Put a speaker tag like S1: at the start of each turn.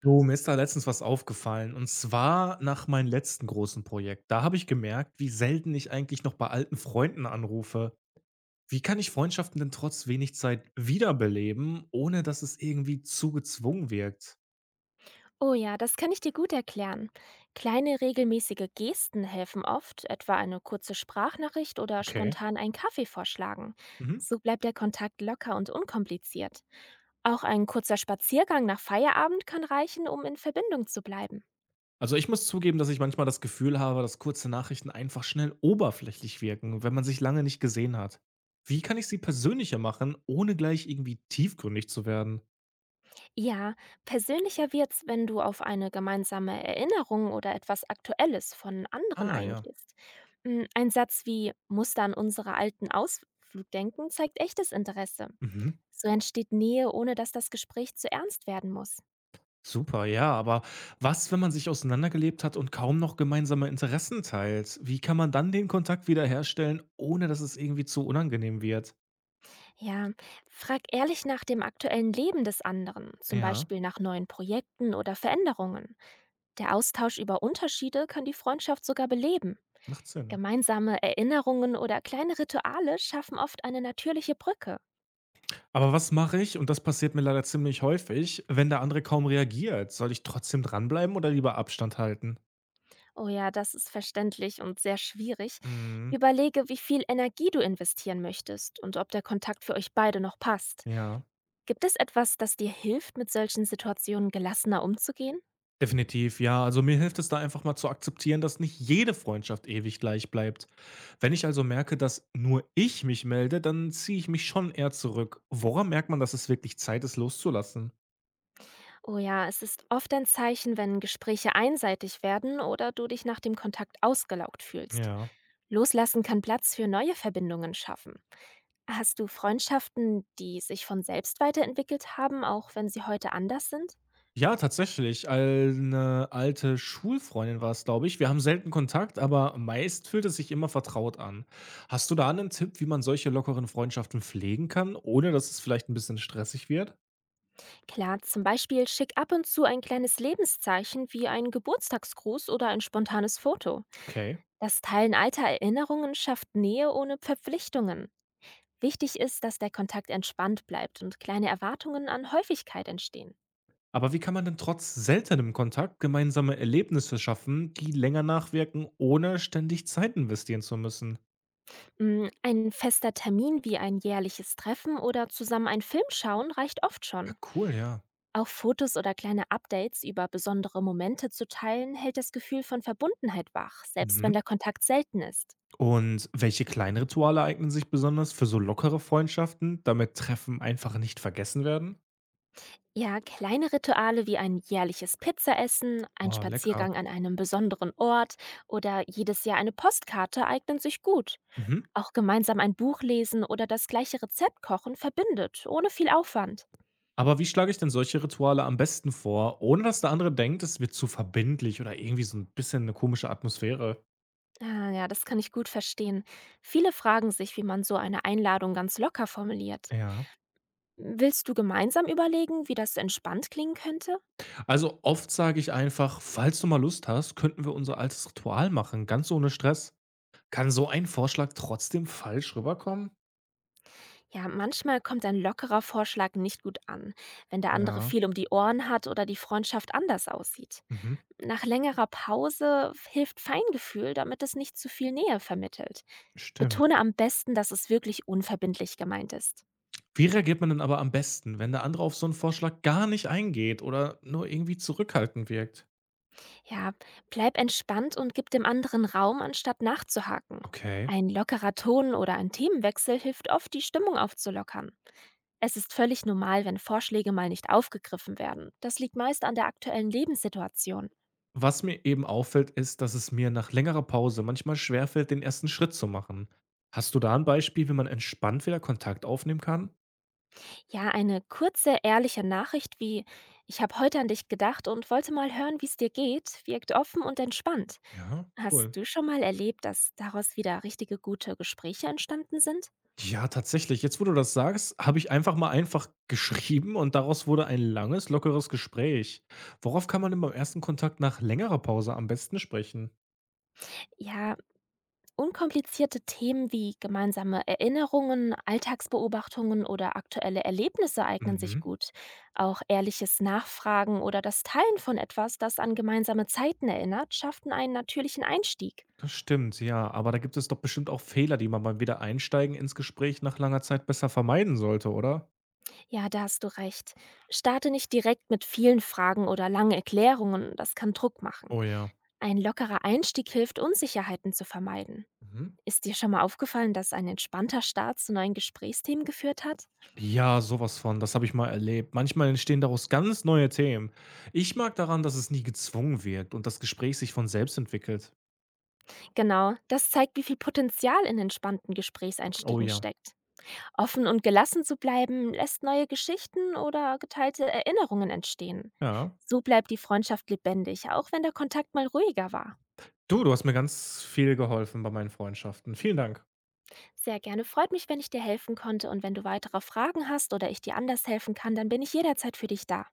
S1: Du, mir ist da letztens was aufgefallen und zwar nach meinem letzten großen Projekt. Da habe ich gemerkt, wie selten ich eigentlich noch bei alten Freunden anrufe. Wie kann ich Freundschaften denn trotz wenig Zeit wiederbeleben, ohne dass es irgendwie zu gezwungen wirkt?
S2: Oh ja, das kann ich dir gut erklären. Kleine regelmäßige Gesten helfen oft, etwa eine kurze Sprachnachricht oder
S1: Okay.
S2: spontan einen Kaffee vorschlagen.
S1: Mhm.
S2: So bleibt der Kontakt locker und unkompliziert. Auch ein kurzer Spaziergang nach Feierabend kann reichen, um in Verbindung zu bleiben.
S1: Also ich muss zugeben, dass ich manchmal das Gefühl habe, dass kurze Nachrichten einfach schnell oberflächlich wirken, wenn man sich lange nicht gesehen hat. Wie kann ich sie persönlicher machen, ohne gleich irgendwie tiefgründig zu werden?
S2: Ja, persönlicher wird's, wenn du auf eine gemeinsame Erinnerung oder etwas Aktuelles von anderen
S1: Ah ja.
S2: eingehst. Ein Satz wie „Musst an unsere alten Ausflug denken" zeigt echtes Interesse.
S1: Mhm.
S2: So entsteht Nähe, ohne dass das Gespräch zu ernst werden muss.
S1: Super, ja, aber was, wenn man sich auseinandergelebt hat und kaum noch gemeinsame Interessen teilt? Wie kann man dann den Kontakt wiederherstellen, ohne dass es irgendwie zu unangenehm wird?
S2: Ja, frag ehrlich nach dem aktuellen Leben des anderen, zum
S1: Ja,
S2: Beispiel nach neuen Projekten oder Veränderungen. Der Austausch über Unterschiede kann die Freundschaft sogar beleben.
S1: macht Sinn.
S2: Gemeinsame Erinnerungen oder kleine Rituale schaffen oft eine natürliche Brücke.
S1: Aber was mache ich, und das passiert mir leider ziemlich häufig, wenn der andere kaum reagiert? Soll ich trotzdem dranbleiben oder lieber Abstand halten?
S2: Oh ja, das ist verständlich und sehr schwierig.
S1: Mhm.
S2: Überlege, wie viel Energie du investieren möchtest und ob der Kontakt für euch beide noch passt.
S1: Ja.
S2: Gibt es etwas, das dir hilft, mit solchen Situationen gelassener umzugehen?
S1: Definitiv, ja. Also mir hilft es da einfach mal zu akzeptieren, dass nicht jede Freundschaft ewig gleich bleibt. Wenn ich also merke, dass nur ich mich melde, dann ziehe ich mich schon eher zurück. Woran merkt man, dass es wirklich Zeit ist, loszulassen?
S2: Oh ja, es ist oft ein Zeichen, wenn Gespräche einseitig werden oder du dich nach dem Kontakt ausgelaugt fühlst.
S1: Ja.
S2: Loslassen kann Platz für neue Verbindungen schaffen. Hast du Freundschaften, die sich von selbst weiterentwickelt haben, auch wenn sie heute anders sind?
S1: Ja, tatsächlich. Eine alte Schulfreundin war es, glaube ich. Wir haben selten Kontakt, aber meist fühlt es sich immer vertraut an. Hast du da einen Tipp, wie man solche lockeren Freundschaften pflegen kann, ohne dass es vielleicht ein bisschen stressig wird?
S2: Klar, zum Beispiel schick ab und zu ein kleines Lebenszeichen wie einen Geburtstagsgruß oder ein spontanes Foto.
S1: Okay.
S2: Das Teilen alter Erinnerungen schafft Nähe ohne Verpflichtungen. Wichtig ist, dass der Kontakt entspannt bleibt und kleine Erwartungen an Häufigkeit entstehen.
S1: Aber wie kann man denn trotz seltenem Kontakt gemeinsame Erlebnisse schaffen, die länger nachwirken, ohne ständig Zeit investieren zu müssen?
S2: Ein fester Termin wie ein jährliches Treffen oder zusammen einen Film schauen reicht oft
S1: Ah,
S2: schon.
S1: cool, ja.
S2: Auch Fotos oder kleine Updates über besondere Momente zu teilen, hält das Gefühl von Verbundenheit wach, selbst wenn
S1: Mhm.
S2: der Kontakt selten ist.
S1: Und welche kleinen Rituale eignen sich besonders für so lockere Freundschaften, damit Treffen einfach nicht vergessen werden?
S2: Ja, kleine Rituale wie ein jährliches Pizzaessen, ein
S1: Oh, lecker.
S2: Spaziergang an einem besonderen Ort oder jedes Jahr eine Postkarte eignen sich gut.
S1: Mhm.
S2: Auch gemeinsam ein Buch lesen oder das gleiche Rezept kochen verbindet, ohne viel Aufwand.
S1: Aber wie schlage ich denn solche Rituale am besten vor, ohne dass der andere denkt, es wird zu verbindlich oder irgendwie so ein bisschen eine komische Atmosphäre?
S2: Ah, ja, das kann ich gut verstehen. Viele fragen sich, wie man so eine Einladung ganz locker formuliert.
S1: Ja.
S2: Willst du gemeinsam überlegen, wie das entspannt klingen könnte?
S1: Also oft sage ich einfach, falls du mal Lust hast, könnten wir unser altes Ritual machen, ganz ohne Stress. Kann so ein Vorschlag trotzdem falsch rüberkommen?
S2: Ja, manchmal kommt ein lockerer Vorschlag nicht gut an, wenn der andere
S1: Ja,
S2: viel um die Ohren hat oder die Freundschaft anders aussieht.
S1: mhm,
S2: Nach längerer Pause hilft Feingefühl, damit es nicht zu viel Nähe vermittelt.
S1: stimmt.
S2: Betone am besten, dass es wirklich unverbindlich gemeint ist.
S1: Wie reagiert man denn aber am besten, wenn der andere auf so einen Vorschlag gar nicht eingeht oder nur irgendwie zurückhaltend wirkt?
S2: Ja, bleib entspannt und gib dem anderen Raum, anstatt nachzuhaken.
S1: Okay.
S2: Ein lockerer Ton oder ein Themenwechsel hilft oft, die Stimmung aufzulockern. Es ist völlig normal, wenn Vorschläge mal nicht aufgegriffen werden. Das liegt meist an der aktuellen Lebenssituation.
S1: Was mir eben auffällt, ist, dass es mir nach längerer Pause manchmal schwerfällt, den ersten Schritt zu machen. Hast du da ein Beispiel, wie man entspannt wieder Kontakt aufnehmen kann?
S2: Ja, eine kurze, ehrliche Nachricht wie „Ich habe heute an dich gedacht und wollte mal hören, wie es dir geht" wirkt offen und entspannt.
S1: Ja,
S2: Hast
S1: cool.
S2: du schon mal erlebt, dass daraus wieder richtige gute Gespräche entstanden sind?
S1: Ja, tatsächlich. Jetzt, wo du das sagst, habe ich einfach mal einfach geschrieben und daraus wurde ein langes, lockeres Gespräch. Worauf kann man denn beim ersten Kontakt nach längerer Pause am besten sprechen?
S2: Ja, unkomplizierte Themen wie gemeinsame Erinnerungen, Alltagsbeobachtungen oder aktuelle Erlebnisse eignen sich
S1: Mhm.
S2: gut. Auch ehrliches Nachfragen oder das Teilen von etwas, das an gemeinsame Zeiten erinnert, schafften einen natürlichen Einstieg.
S1: Das stimmt, ja. Aber da gibt es doch bestimmt auch Fehler, die man beim Wiedereinsteigen ins Gespräch nach langer Zeit besser vermeiden sollte, oder?
S2: Ja, da hast du recht. Starte nicht direkt mit vielen Fragen oder langen Erklärungen, das kann Druck machen.
S1: Oh ja.
S2: Ein lockerer Einstieg hilft, Unsicherheiten zu vermeiden.
S1: Mhm.
S2: Ist dir schon mal aufgefallen, dass ein entspannter Start zu neuen Gesprächsthemen geführt hat?
S1: Ja, sowas von. Das habe ich mal erlebt. Manchmal entstehen daraus ganz neue Themen. Ich mag daran, dass es nie gezwungen wird und das Gespräch sich von selbst entwickelt.
S2: Genau, das zeigt, wie viel Potenzial in entspannten
S1: Oh
S2: Gesprächseinstiegen
S1: ja.
S2: steckt. Offen und gelassen zu bleiben, lässt neue Geschichten oder geteilte Erinnerungen entstehen.
S1: Ja.
S2: So bleibt die Freundschaft lebendig, auch wenn der Kontakt mal ruhiger war.
S1: Du, hast mir ganz viel geholfen bei meinen Freundschaften. Vielen Dank.
S2: Sehr gerne, freut mich, wenn ich dir helfen konnte, und wenn du weitere Fragen hast oder ich dir anders helfen kann, dann bin ich jederzeit für dich da.